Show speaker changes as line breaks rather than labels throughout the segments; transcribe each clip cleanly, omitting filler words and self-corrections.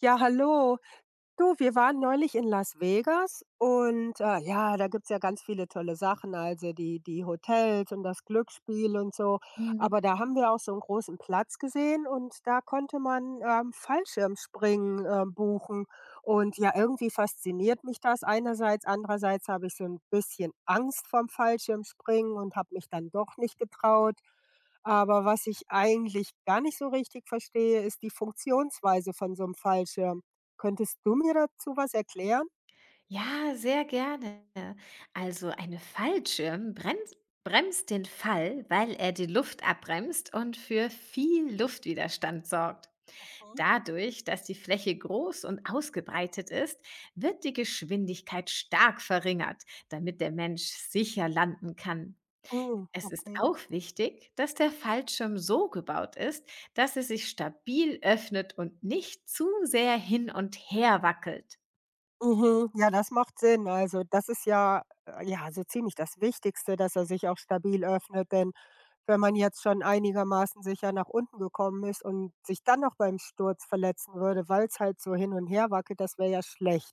Ja, hallo. Du, wir waren neulich in Las Vegas und ja, da gibt es ja ganz viele tolle Sachen, also die Hotels und das Glücksspiel und so.
Mhm.
Aber da haben wir auch so einen großen Platz gesehen und da konnte man Fallschirmspringen buchen. Und ja, irgendwie fasziniert mich das einerseits, andererseits habe ich so ein bisschen Angst vom Fallschirmspringen und habe mich dann doch nicht getraut. Aber was ich eigentlich gar nicht so richtig verstehe, ist die Funktionsweise von so einem Fallschirm. Könntest du mir dazu was erklären?
Ja, sehr gerne. Also ein Fallschirm bremst, bremst den Fall, weil er die Luft abbremst und für viel Luftwiderstand sorgt.
Mhm.
Dadurch, dass die Fläche groß und ausgebreitet ist, wird die Geschwindigkeit stark verringert, damit der Mensch sicher landen kann.
Mhm,
Es ist
okay.
auch wichtig, dass der Fallschirm so gebaut ist, dass er sich stabil öffnet und nicht zu sehr hin und her wackelt.
Mhm. Ja, das macht Sinn. Also, das ist ja, ja, so ziemlich das Wichtigste, dass er sich auch stabil öffnet, denn wenn man jetzt schon einigermaßen sicher nach unten gekommen ist und sich dann noch beim Sturz verletzen würde, weil es halt so hin und her wackelt, das wäre ja schlecht.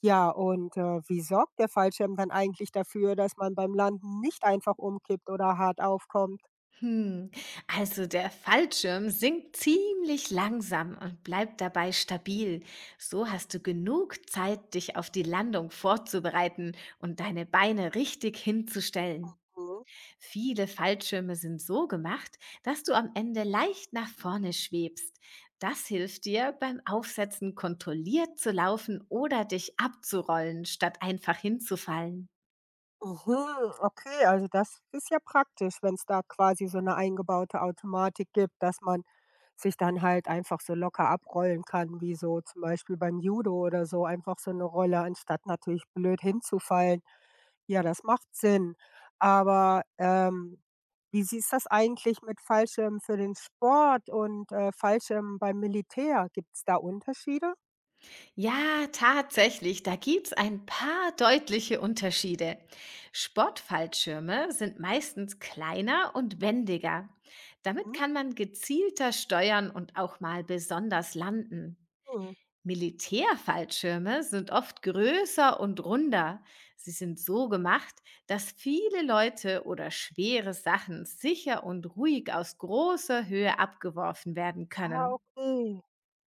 Ja, und wie sorgt der Fallschirm dann eigentlich dafür, dass man beim Landen nicht einfach umkippt oder hart aufkommt?
Hm, also der Fallschirm sinkt ziemlich langsam und bleibt dabei stabil. So hast du genug Zeit, dich auf die Landung vorzubereiten und deine Beine richtig hinzustellen.
Mhm.
Viele Fallschirme sind so gemacht, dass du am Ende leicht nach vorne schwebst. Das hilft dir beim Aufsetzen kontrolliert zu laufen oder dich abzurollen, statt einfach hinzufallen.
Mhm, okay, also das ist ja praktisch, wenn es da quasi so eine eingebaute Automatik gibt, dass man sich dann halt einfach so locker abrollen kann, wie so zum Beispiel beim Judo oder so, einfach so eine Rolle, anstatt natürlich blöd hinzufallen. Ja, das macht Sinn. Aber wie siehst das eigentlich mit Fallschirmen für den Sport und Fallschirmen beim Militär? Gibt es da Unterschiede?
Ja, tatsächlich, da gibt's ein paar deutliche Unterschiede. Sportfallschirme sind meistens kleiner und wendiger. Damit kann man gezielter steuern und auch mal besonders landen.
Mhm.
Militärfallschirme sind oft größer und runder. Sie sind so gemacht, dass viele Leute oder schwere Sachen sicher und ruhig aus großer Höhe abgeworfen werden
Ah,
können.
okay.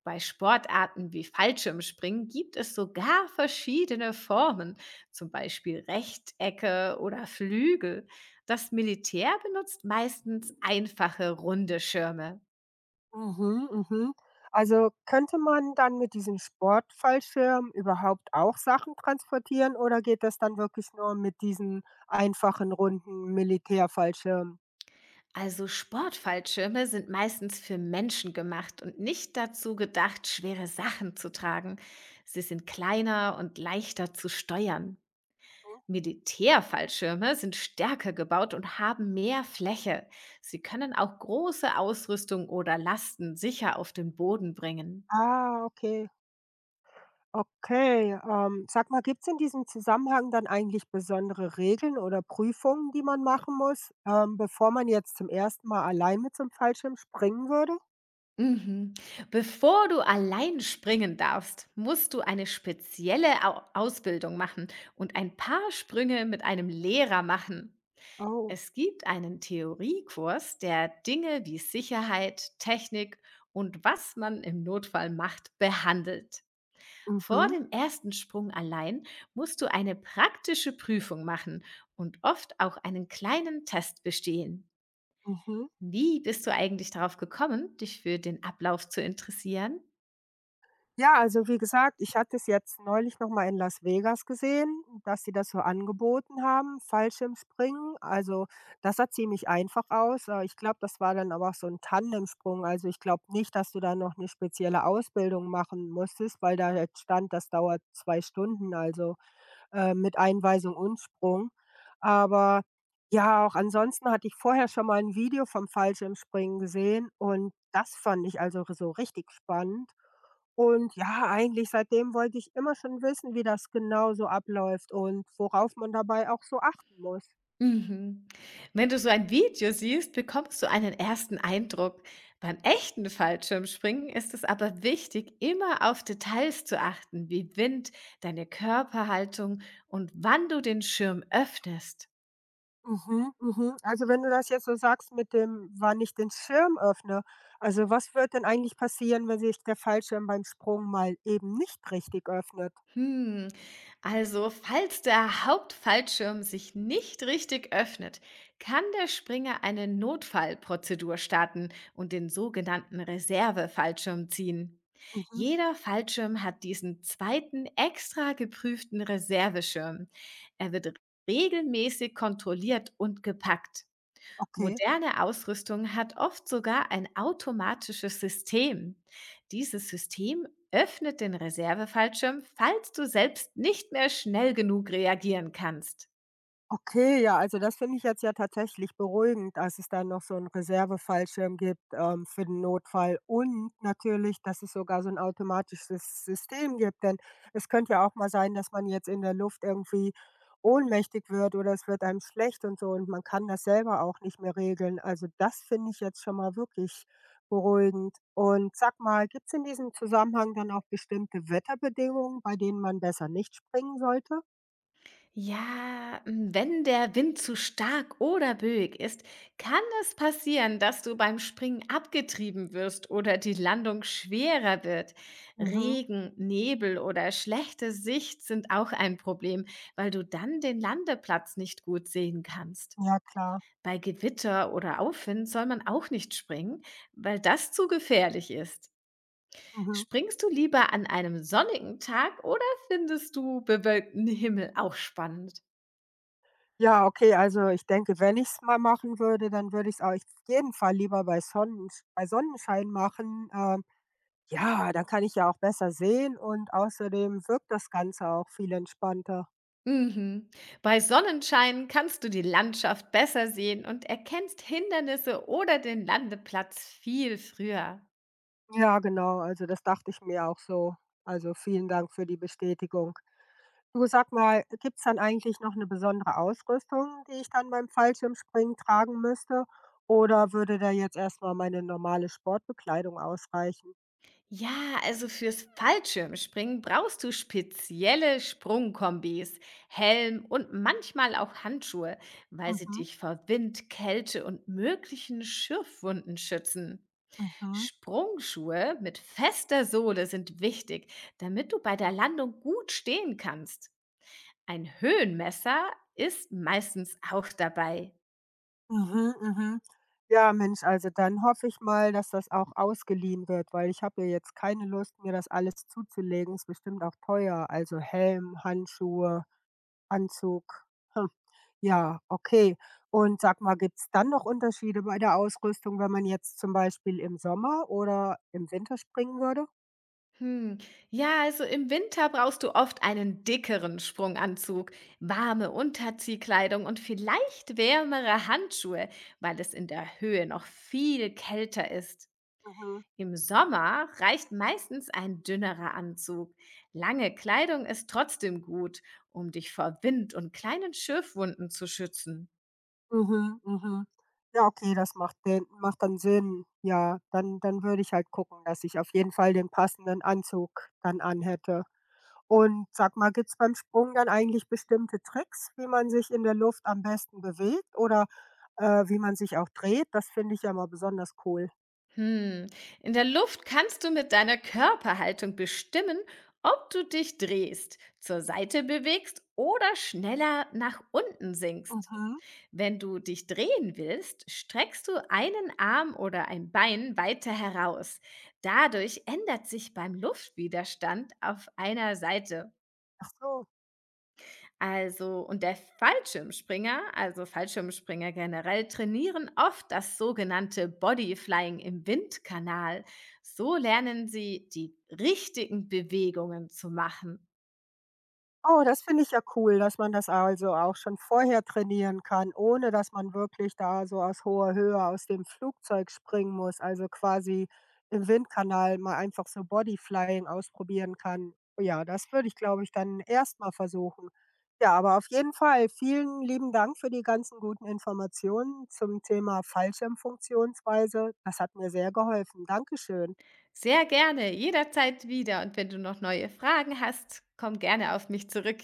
Bei Sportarten wie Fallschirmspringen gibt es sogar verschiedene Formen, zum Beispiel Rechtecke oder Flügel. Das Militär benutzt meistens einfache runde Schirme.
Mhm, mhm. Also könnte man dann mit diesem Sportfallschirm überhaupt auch Sachen transportieren oder geht das dann wirklich nur mit diesen einfachen runden Militärfallschirmen?
Also Sportfallschirme sind meistens für Menschen gemacht und nicht dazu gedacht, schwere Sachen zu tragen. Sie sind kleiner und leichter zu steuern.
Mhm.
Militärfallschirme sind stärker gebaut und haben mehr Fläche. Sie können auch große Ausrüstung oder Lasten sicher auf den Boden bringen.
Ah, okay. Okay. Sag mal, gibt es in diesem Zusammenhang dann eigentlich besondere Regeln oder Prüfungen, die man machen muss, bevor man jetzt zum ersten Mal allein mit so einem Fallschirm springen würde?
Mhm. Bevor du allein springen darfst, musst du eine spezielle Au Ausbildung machen und ein paar Sprünge mit einem Lehrer machen.
Oh,
Es gibt einen Theoriekurs, der Dinge wie Sicherheit, Technik und was man im Notfall macht, behandelt. Vor
mhm,
dem ersten Sprung allein musst du eine praktische Prüfung machen und oft auch einen kleinen Test bestehen.
mhm.
Wie bist du eigentlich darauf gekommen, dich für den Ablauf zu interessieren?
Ja, also wie gesagt, ich hatte es jetzt neulich noch mal in Las Vegas gesehen, dass sie das so angeboten haben, Fallschirmspringen. Also, das sah ziemlich einfach aus. Ich glaube, das war dann aber auch so ein Tandemsprung. Also, ich glaube nicht, dass du da noch eine spezielle Ausbildung machen musstest, weil da jetzt stand, das dauert 2 Stunden. Also mit Einweisung und Sprung. Aber ja, auch ansonsten hatte ich vorher schon mal ein Video vom Fallschirmspringen gesehen und das fand ich also so richtig spannend. Und ja, eigentlich seitdem wollte ich immer schon wissen, wie das genau so abläuft und worauf man dabei auch so achten muss.
Mhm. Wenn du so ein Video siehst, bekommst du einen ersten Eindruck. Beim echten Fallschirmspringen ist es aber wichtig, immer auf Details zu achten, wie Wind, deine Körperhaltung und wann du den Schirm öffnest.
Mhm, mhm. Also, wenn du das jetzt so sagst mit dem, wann ich den Schirm öffne, also, was wird denn eigentlich passieren, wenn sich der Fallschirm beim Sprung mal eben nicht richtig öffnet?
Hm, also falls der Hauptfallschirm sich nicht richtig öffnet, kann der Springer eine Notfallprozedur starten und den sogenannten Reservefallschirm ziehen.
Mhm,
Jeder Fallschirm hat diesen zweiten extra geprüften Reserveschirm. Er wird regelmäßig kontrolliert und gepackt.
okay.
Moderne Ausrüstung hat oft sogar ein automatisches System. Dieses System öffnet den Reservefallschirm, falls du selbst nicht mehr schnell genug reagieren kannst.
Okay, ja, also das finde ich jetzt ja tatsächlich beruhigend, dass es da noch so einen Reserve-Fallschirm gibt, für den Notfall und natürlich, dass es sogar so ein automatisches System gibt, denn es könnte ja auch mal sein, dass man jetzt in der Luft irgendwie ohnmächtig wird oder es wird einem schlecht und so und man kann das selber auch nicht mehr regeln. Also, das finde ich jetzt schon mal wirklich beruhigend. Und sag mal, gibt es in diesem Zusammenhang dann auch bestimmte Wetterbedingungen, bei denen man besser nicht springen sollte?
Ja, hm, wenn der Wind zu stark oder böig ist, kann es passieren, dass du beim Springen abgetrieben wirst oder die Landung schwerer wird.
Mhm.
Regen, Nebel oder schlechte Sicht sind auch ein Problem, weil du dann den Landeplatz nicht gut sehen kannst.
Ja, klar.
Bei Gewitter oder Aufwind soll man auch nicht springen, weil das zu gefährlich ist.
Mhm.
Springst du lieber an einem sonnigen Tag oder findest du bewölkten Himmel auch spannend?
Ja, okay, also ich denke, wenn ich's mal machen würde, dann würde ich's auf jeden Fall lieber bei Sonnensch bei Sonnenschein machen. Ja, dann kann ich ja auch besser sehen und außerdem wirkt das Ganze auch viel entspannter.
Mhm. Bei Sonnenschein kannst du die Landschaft besser sehen und erkennst Hindernisse oder den Landeplatz viel früher.
Ja, genau, also das dachte ich mir auch so. Also vielen Dank für die Bestätigung. Du, sag mal, gibt's dann eigentlich noch eine besondere Ausrüstung, die ich dann beim Fallschirmspringen tragen müsste? Oder würde da jetzt erst mal meine normale Sportbekleidung ausreichen?
Ja, also fürs Fallschirmspringen brauchst du spezielle Sprungkombis, Helm und manchmal auch Handschuhe, weil sie
Mhm,
dich vor Wind, Kälte und möglichen Schürfwunden schützen.
mhm.
Sprungschuhe mit fester Sohle sind wichtig, damit du bei der Landung gut stehen kannst. Ein Höhenmesser ist meistens auch dabei.
Mhm, mhm. Ja, Mensch, also dann hoffe ich mal, dass das auch ausgeliehen wird, weil ich habe ja jetzt keine Lust, mir das alles zuzulegen. Ist bestimmt auch teuer. Also Helm, Handschuhe, Anzug. Hm. Ja, okay. Und sag mal, gibt es dann noch Unterschiede bei der Ausrüstung, wenn man jetzt zum Beispiel im Sommer oder im Winter springen würde?
Hm. Ja, also im Winter brauchst du oft einen dickeren Sprunganzug, warme Unterziehkleidung und vielleicht wärmere Handschuhe, weil es in der Höhe noch viel kälter ist.
Mhm.
Im Sommer reicht meistens ein dünnerer Anzug. Lange Kleidung ist trotzdem gut, um dich vor Wind und kleinen Schürfwunden zu schützen.
Mhm, mhm. Ja, okay, das macht den macht dann Sinn. Ja, dann würde ich halt gucken, dass ich auf jeden Fall den passenden Anzug dann anhätte. Und sag mal, gibt's beim Sprung dann eigentlich bestimmte Tricks, wie man sich in der Luft am besten bewegt oder wie man sich auch dreht? Das finde ich ja mal besonders cool.
Hm. In der Luft kannst du mit deiner Körperhaltung bestimmen, ob du dich drehst, zur Seite bewegst oder schneller nach unten sinkst.
Mhm.
Wenn du dich drehen willst, streckst du einen Arm oder ein Bein weiter heraus. Dadurch ändert sich beim Luftwiderstand auf einer Seite.
Ach so.
Also, Fallschirmspringer generell, trainieren oft das sogenannte Bodyflying im Windkanal. So lernen sie, die richtigen Bewegungen zu machen.
Oh, das finde ich ja cool, dass man das also auch schon vorher trainieren kann, ohne dass man wirklich da so aus hoher Höhe aus dem Flugzeug springen muss, also quasi im Windkanal mal einfach so Bodyflying ausprobieren kann. Ja, das würde ich, glaube ich, dann erstmal versuchen. Ja, aber auf jeden Fall vielen lieben Dank für die ganzen guten Informationen zum Thema Fallschirmfunktionsweise. Das hat mir sehr geholfen. Dankeschön.
Sehr gerne, jederzeit wieder. Und wenn du noch neue Fragen hast, komm gerne auf mich zurück.